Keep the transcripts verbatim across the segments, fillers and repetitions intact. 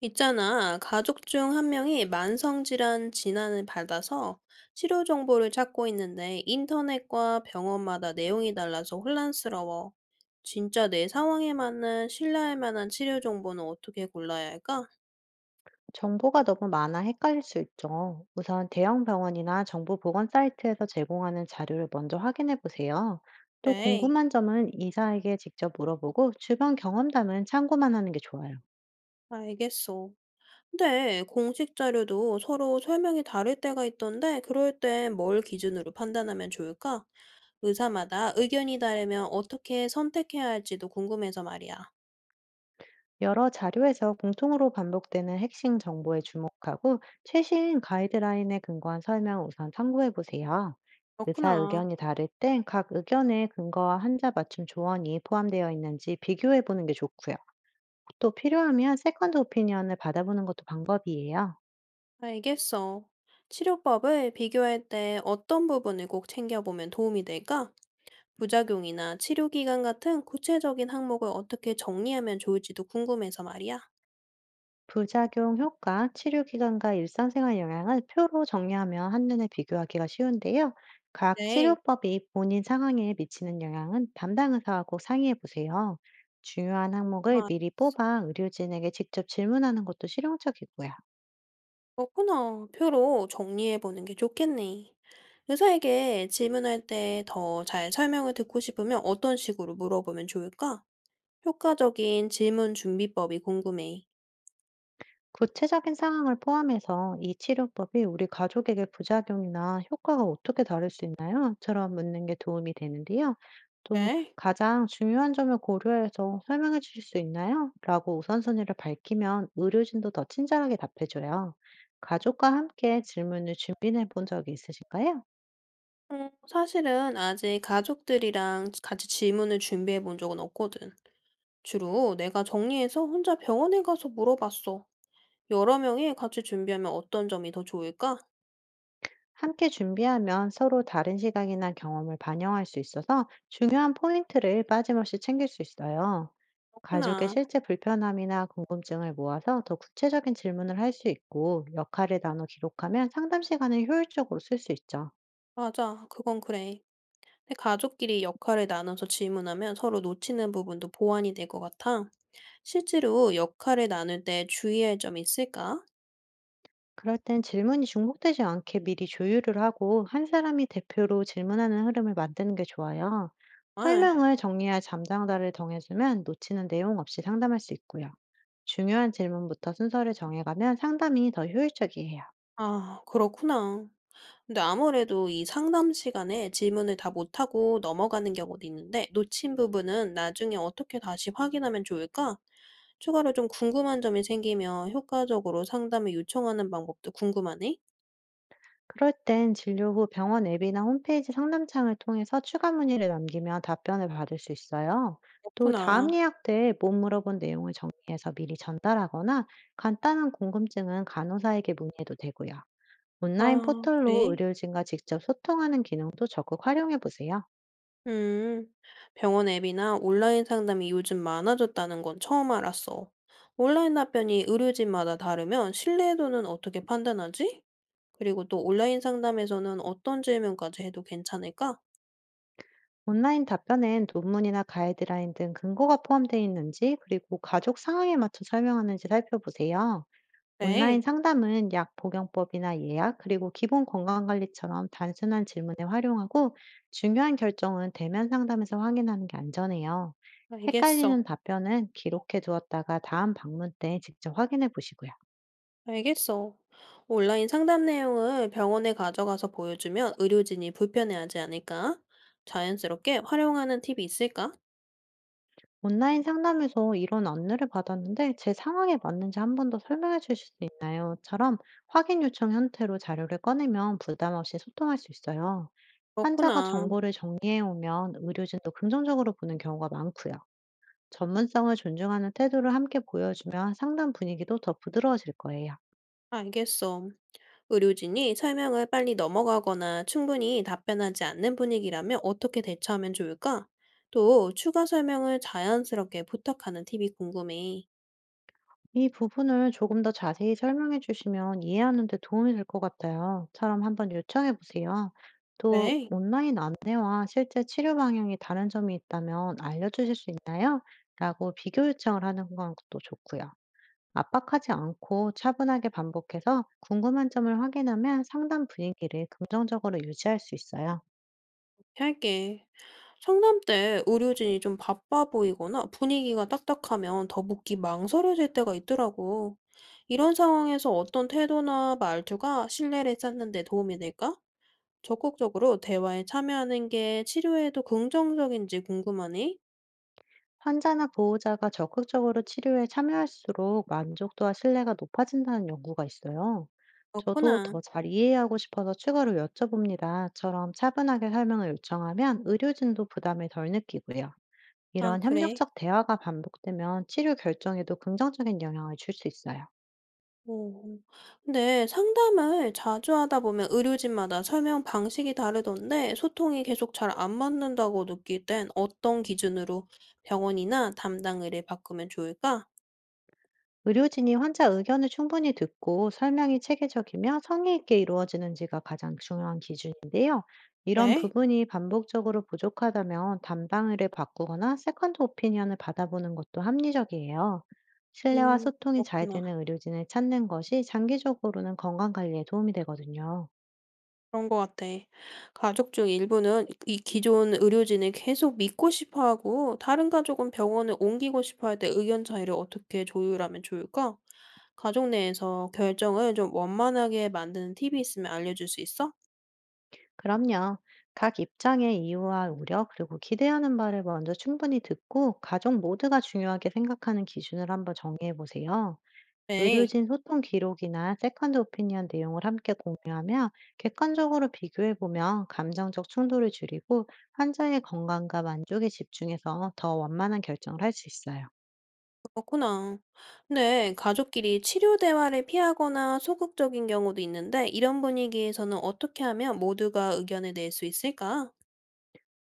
있잖아, 가족 중 한 명이 만성질환 진단을 받아서 치료 정보를 찾고 있는데 인터넷과 병원마다 내용이 달라서 혼란스러워. 진짜 내 상황에 맞는 신뢰할 만한 치료 정보는 어떻게 골라야 할까? 정보가 너무 많아 헷갈릴 수 있죠. 우선 대형 병원이나 정부 보건 사이트에서 제공하는 자료를 먼저 확인해 보세요. 또 에이 궁금한 점은 의사에게 직접 물어보고, 주변 경험담은 참고만 하는 게 좋아요. 알겠어. 근데 공식 자료도 서로 설명이 다를 때가 있던데 그럴 땐 뭘 기준으로 판단하면 좋을까? 의사마다 의견이 다르면 어떻게 선택해야 할지도 궁금해서 말이야. 여러 자료에서 공통으로 반복되는 핵심 정보에 주목하고, 최신 가이드라인에 근거한 설명을 우선 참고해 보세요. 의사 그렇구나. 의견이 다를 땐 각 의견의 근거와 환자 맞춤 조언이 포함되어 있는지 비교해 보는 게 좋고요. 또 필요하면 세컨드 오피니언을 받아보는 것도 방법이에요. 알겠어. 치료법을 비교할 때 어떤 부분을 꼭 챙겨보면 도움이 될까? 부작용이나 치료 기간 같은 구체적인 항목을 어떻게 정리하면 좋을지도 궁금해서 말이야. 부작용 효과, 치료 기간과 일상생활 영향을 표로 정리하면 한눈에 비교하기가 쉬운데요. 각 네, 치료법이 본인 상황에 미치는 영향은 담당 의사와 꼭 상의해 보세요. 중요한 항목을 아, 알 미리 뽑아 의료진에게 직접 질문하는 것도 실용적이고요. 어 그렇구나. 표로 정리해보는 게 좋겠네. 의사에게 질문할 때 더 잘 설명을 듣고 싶으면 어떤 식으로 물어보면 좋을까? 효과적인 질문 준비법이 궁금해. 구체적인 상황을 포함해서 "이 치료법이 우리 가족에게 부작용이나 효과가 어떻게 다를 수 있나요?"처럼 묻는 게 도움이 되는데요. 또 네. "가장 중요한 점을 고려해서 설명해 주실 수 있나요? 라고 우선순위를 밝히면 의료진도 더 친절하게 답해줘요. 가족과 함께 질문을 준비해 본 적이 있으신가요? 어, 사실은 아직 가족들이랑 같이 질문을 준비해 본 적은 없거든. 주로 내가 정리해서 혼자 병원에 가서 물어봤어. 여러 명이 같이 준비하면 어떤 점이 더 좋을까? 함께 준비하면 서로 다른 시각이나 경험을 반영할 수 있어서 중요한 포인트를 빠짐없이 챙길 수 있어요. 가족의 그렇구나. 실제 불편함이나 궁금증을 모아서 더 구체적인 질문을 할 수 있고, 역할을 나눠 기록하면 상담 시간을 효율적으로 쓸 수 있죠. 맞아. 그건 그래. 근데 가족끼리 역할을 나눠서 질문하면 서로 놓치는 부분도 보완이 될 것 같아. 실제로 역할을 나눌 때 주의할 점이 있을까? 그럴 땐 질문이 중복되지 않게 미리 조율을 하고, 한 사람이 대표로 질문하는 흐름을 만드는 게 좋아요. 아, 설명을 정리할 담당자를 정해주면 놓치는 내용 없이 상담할 수 있고요. 중요한 질문부터 순서를 정해가면 상담이 더 효율적이에요. 아, 그렇구나. 근데 아무래도 이 상담 시간에 질문을 다 못하고 넘어가는 경우도 있는데 놓친 부분은 나중에 어떻게 다시 확인하면 좋을까? 추가로 좀 궁금한 점이 생기면 효과적으로 상담을 요청하는 방법도 궁금하네? 그럴 땐 진료 후 병원 앱이나 홈페이지 상담창을 통해서 추가 문의를 남기면 답변을 받을 수 있어요. 또 다음 그렇구나. 예약 때 못 물어본 내용을 정리해서 미리 전달하거나, 간단한 궁금증은 간호사에게 문의해도 되고요. 온라인 아, 포털로 그래? 의료진과 직접 소통하는 기능도 적극 활용해 보세요. 음, 병원 앱이나 온라인 상담이 요즘 많아졌다는 건 처음 알았어. 온라인 답변이 의료진마다 다르면 신뢰도는 어떻게 판단하지? 그리고 또 온라인 상담에서는 어떤 질문까지 해도 괜찮을까? 온라인 답변엔 논문이나 가이드라인 등 근거가 포함되어 있는지, 그리고 가족 상황에 맞춰 설명하는지 살펴보세요. 온라인 네. 상담은 약 복용법이나 예약, 그리고 기본 건강관리처럼 단순한 질문에 활용하고, 중요한 결정은 대면 상담에서 확인하는 게 안전해요. 알겠어. 헷갈리는 답변은 기록해 두었다가 다음 방문 때 직접 확인해 보시고요. 알겠어. 온라인 상담 내용을 병원에 가져가서 보여주면 의료진이 불편해하지 않을까? 자연스럽게 활용하는 팁이 있을까? "온라인 상담에서 이런 안내를 받았는데 제 상황에 맞는지 한번 더 설명해 주실 수 있나요? 처럼 확인 요청 형태로 자료를 꺼내면 부담 없이 소통할 수 있어요. 환자가 그렇구나. 정보를 정리해 오면 의료진도 긍정적으로 보는 경우가 많고요. 전문성을 존중하는 태도를 함께 보여주면 상담 분위기도 더 부드러워질 거예요. 알겠어. 의료진이 설명을 빨리 넘어가거나 충분히 답변하지 않는 분위기라면 어떻게 대처하면 좋을까? 또 추가 설명을 자연스럽게 부탁하는 팁이 궁금해. "이 부분을 조금 더 자세히 설명해 주시면 이해하는 데 도움이 될 것 같아요."처럼 한번 요청해 보세요. 또 네, "온라인 안내와 실제 치료 방향이 다른 점이 있다면 알려주실 수 있나요? 라고 비교 요청을 하는 것도 좋고요. 압박하지 않고 차분하게 반복해서 궁금한 점을 확인하면 상담 분위기를 긍정적으로 유지할 수 있어요. 할게. 상담 때 의료진이 좀 바빠 보이거나 분위기가 딱딱하면 더묻기 망설여질 때가 있더라고. 이런 상황에서 어떤 태도나 말투가 신뢰를 쌓는 데 도움이 될까? 적극적으로 대화에 참여하는 게 치료에도 긍정적인지 궁금하네. 환자나 보호자가 적극적으로 치료에 참여할수록 만족도와 신뢰가 높아진다는 연구가 있어요. "저도 맞구나. 더 잘 이해하고 싶어서 추가로 여쭤봅니다."처럼 차분하게 설명을 요청하면 의료진도 부담을 덜 느끼고요. 아, 이런 그래. 협력적 대화가 반복되면 치료 결정에도 긍정적인 영향을 줄 수 있어요. 오, 근데 상담을 자주 하다 보면 의료진마다 설명 방식이 다르던데 소통이 계속 잘 안 맞는다고 느낄 땐 어떤 기준으로 병원이나 담당 의를 바꾸면 좋을까? 의료진이 환자 의견을 충분히 듣고 설명이 체계적이며 성의 있게 이루어지는지가 가장 중요한 기준인데요. 이런 왜? 부분이 반복적으로 부족하다면 담당을 바꾸거나 세컨드 오피니언을 받아보는 것도 합리적이에요. 신뢰와 음, 소통이 잘 그렇구나. 되는 의료진을 찾는 것이 장기적으로는 건강 관리에 도움이 되거든요. 그런 것 같아. 가족 중 일부는 이 기존 의료진을 계속 믿고 싶어 하고 다른 가족은 병원을 옮기고 싶어 할 때 의견 차이를 어떻게 조율하면 좋을까? 가족 내에서 결정을 좀 원만하게 만드는 팁이 있으면 알려줄 수 있어? 그럼요. 각 입장의 이유와 우려, 그리고 기대하는 바를 먼저 충분히 듣고, 가족 모두가 중요하게 생각하는 기준을 한번 정리해 보세요. 네, 의료진 소통 기록이나 세컨드 오피니언 내용을 함께 공유하며 객관적으로 비교해보면 감정적 충돌을 줄이고, 환자의 건강과 만족에 집중해서 더 원만한 결정을 할 수 있어요. 그렇구나. 근데 가족끼리 치료 대화를 피하거나 소극적인 경우도 있는데 이런 분위기에서는 어떻게 하면 모두가 의견을 낼 수 있을까?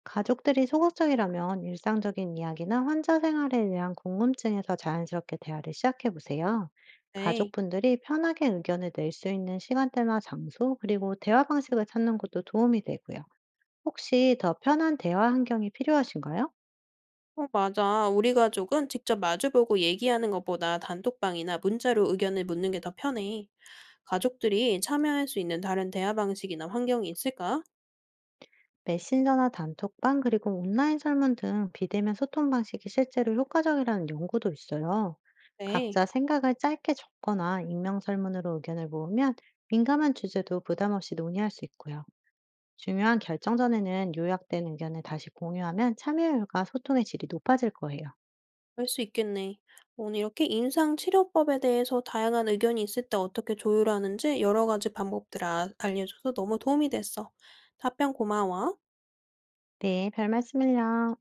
가족들이 소극적이라면 일상적인 이야기나 환자 생활에 대한 궁금증에서 자연스럽게 대화를 시작해보세요. 네. 가족분들이 편하게 의견을 낼 수 있는 시간대나 장소, 그리고 대화 방식을 찾는 것도 도움이 되고요. 혹시 더 편한 대화 환경이 필요하신가요? 어, 맞아. 우리 가족은 직접 마주보고 얘기하는 것보다 단톡방이나 문자로 의견을 묻는 게 더 편해. 가족들이 참여할 수 있는 다른 대화 방식이나 환경이 있을까? 메신저나 단톡방, 그리고 온라인 설문 등 비대면 소통 방식이 실제로 효과적이라는 연구도 있어요. 네. 각자 생각을 짧게 적거나 익명 설문으로 의견을 모으면 민감한 주제도 부담 없이 논의할 수 있고요. 중요한 결정 전에는 요약된 의견을 다시 공유하면 참여율과 소통의 질이 높아질 거예요. 알 수 있겠네. 오늘 이렇게 임상치료법에 대해서 다양한 의견이 있을 때 어떻게 조율하는지 여러 가지 방법들 아- 알려줘서 너무 도움이 됐어. 답변 고마워. 네, 별 말씀을요.